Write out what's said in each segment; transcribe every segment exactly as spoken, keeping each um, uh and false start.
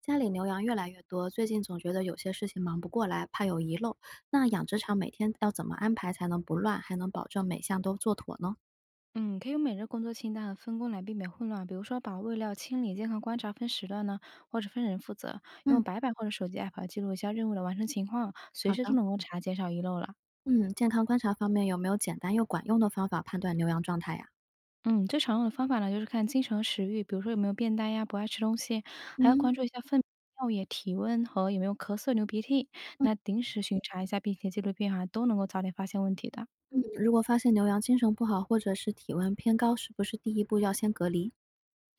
家里牛羊越来越多，最近总觉得有些事情忙不过来，怕有遗漏。那养殖场每天要怎么安排才能不乱，还能保证每项都做妥呢？嗯，可以用每日工作清单和分工来避免混乱，比如说把喂料清理、健康观察分时段呢，或者分人负责，嗯，用白板或者手机 app 来记录一下任务的完成情况，随好时都的。能够查，减少遗漏了。嗯，健康观察方面有没有简单又管用的方法判断牛羊状态呀、嗯，最常用的方法呢，就是看精神和食欲，比如说有没有变呆呀，不爱吃东西，还要嗯关注一下粪尿液、体温和有没有咳嗽、流鼻涕。嗯那定时巡查一下，并且记录变化，都能够早点发现问题的。嗯，如果发现牛羊精神不好或者是体温偏高，是不是第一步要先隔离？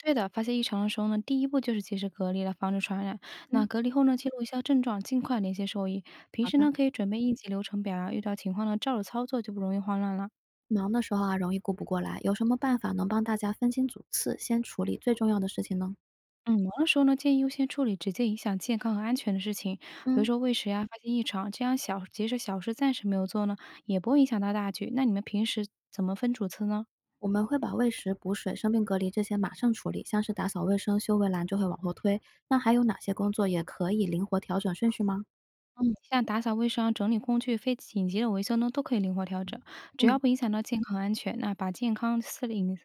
对的，发现异常的时候呢，第一步就是及时隔离了，防止传染。那嗯，隔离后呢，记录一下症状，尽快联系兽医。平好时的。呢，可以准备应急流程表啊，遇到情况呢，照着操作就不容易慌乱了。忙的时候啊，容易顾不过来，有什么办法能帮大家分清主次，先处理最重要的事情呢？嗯，忙的时候呢，建议优先处理直接影响健康和安全的事情，比如嗯。说喂食呀、发现异常，这样小即使小事暂时没有做呢，也不会影响到大局。那你们平时怎么分主次呢？我们会把喂食、补水、生病隔离这些马上处理，像是打扫卫生、修围栏就会往后推。那还有哪些工作也可以灵活调整顺序吗？嗯，像打扫卫生啊整理工具、非紧急的维修呢，都可以灵活调整，只要嗯，不影响到健康安全，那把健康、饲领、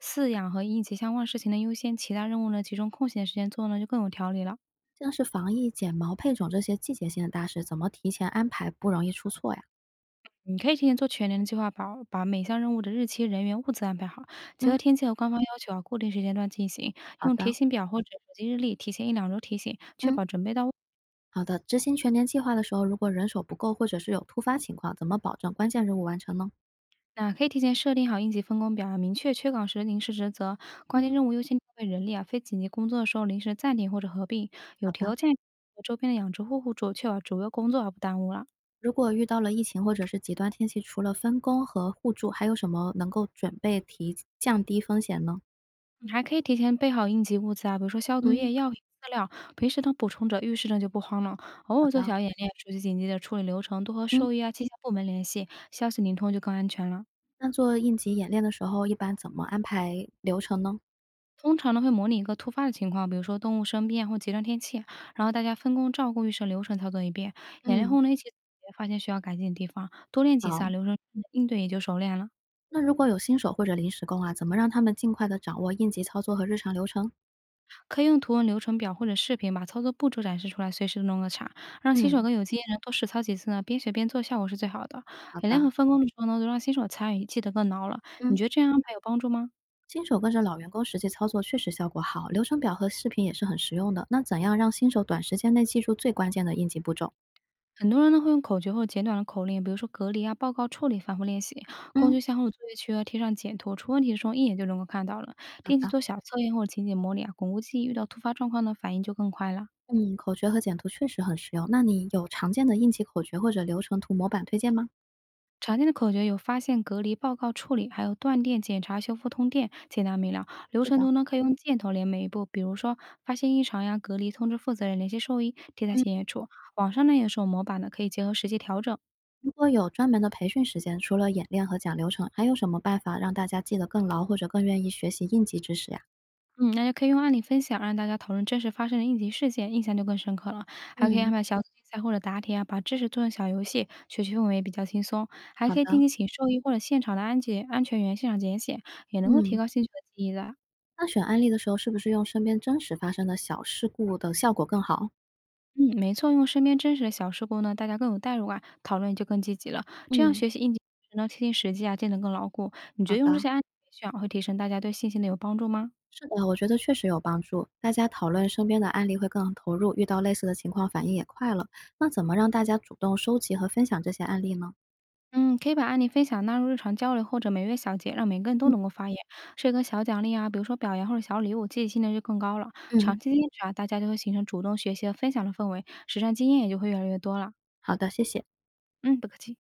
饲养和应急相关事情的优先，其他任务呢集中空闲的时间做呢，就更有条理了。像是防疫、剪毛、配种这些季节性的大事，怎么提前安排不容易出错呀？你可以提前做全年的计划把把每项任务的日期、人员、物资安排好，结合嗯，天气和官方要求啊，固定时间段进行，好用的，提醒表或者手机日历提前一两周提醒，确嗯，保准备到位。好的。执行全年计划的时候，如果人手不够或者是有突发情况，怎么保证关键任务完成呢？那可以提前设定好应急分工表啊，明确缺岗时临时职责，关键嗯，任务优先调配人力啊，非紧急工作的时候临时暂停或者合并，有好的。条件和周边的养殖户互助，确保主要工作而不耽误了。如果遇到了疫情或者是极端天气，除了分工和互助，还有什么能够准备提降低风险呢？你还可以提前备好应急物资啊，比如说消毒嗯，液、药品、饲料，平时呢补充着，遇事呢就不慌了。偶好尔做的。小演练，熟悉紧急的处理流程，多和嗯，兽医啊、气象部门联系，消息灵通就更安全了。那做应急演练的时候，一般怎么安排流程呢？通常呢，会模拟一个突发的情况，比如说动物生病啊或极端天气，然后大家分工照顾，预设流程操作一遍。演练嗯。后呢，一起总结发现需要改进的地方，多练几次好，啊，流程应对也就熟练了。那如果有新手或者临时工啊，怎么让他们尽快的掌握应急操作和日常流程？可以用图文流程表或者视频把操作步骤展示出来，随时弄个查，让新手嗯，跟有经验人多实操几次呢，边学边做，效果是最好的。好演练的，和分工的时候呢，都让新手参与，记得更牢了。你嗯，觉得这样安排有帮助吗？新手跟着老员工实际操作确实效果好，流程表和视频也是很实用的。那怎样让新手短时间内记住最关键的应急步骤？很多人呢会用口诀或简短的口令，比如说隔离啊、报告处理，反复练习。工嗯，具箱后的作业区要贴上简图，出问题的时候一眼就能够看到了。好定期的，做小测验或者情景模拟啊，巩固记忆。遇到突发状况呢，反应就更快了。嗯，口诀和简图确实很实用。那你有常见的应急口诀或者流程图模板推荐吗？常见的口诀有发现、隔离、报告处理，还有断电、检查、修复、通电，简单明了。流是程的。图呢可以用箭头连每一步，比如说发现异常呀、隔离、通知负责人、联系兽医，贴在嗯。显眼处。网上呢也是有模板的，可以结合实际调整。如果有专门的培训时间，除了演练和讲流程，还有什么办法让大家记得更牢，或者更愿意学习应急知识呀？嗯，那就可以用案例分享，让大家讨论真实发生的应急事件，印象就更深刻了。还可以安嗯，排小组竞赛或者答题啊，把知识做成小游戏，学习氛围也比较轻松。还好可以定的，期请兽医或者现场的安检安全员现场检险，也能够提嗯，高兴趣和记忆的。那选案例的时候，是不是用身边真实发生的小事故的效果更好？嗯，没错，用身边真实的小事故呢，大家更有代入感，讨论也就更积极了。这样嗯，学习应急知识呢，贴近实际啊，变得更牢固。你觉好得用这的，些案例培训啊，会提升大家对信心的有帮助吗？是的，我觉得确实有帮助。大家讨论身边的案例会更投入，遇到类似的情况反应也快了。那怎么让大家主动收集和分享这些案例呢？嗯，可以把案例分享纳入日常交流或者每月小结，让每个人都能够发言。设一个小奖励啊，比如说表扬或者小礼物，积极性呢就更高了。嗯，长期坚持啊，大家就会形成主动学习和分享的氛围，实战经验也就会越来越多了。好的，谢谢。嗯，不客气。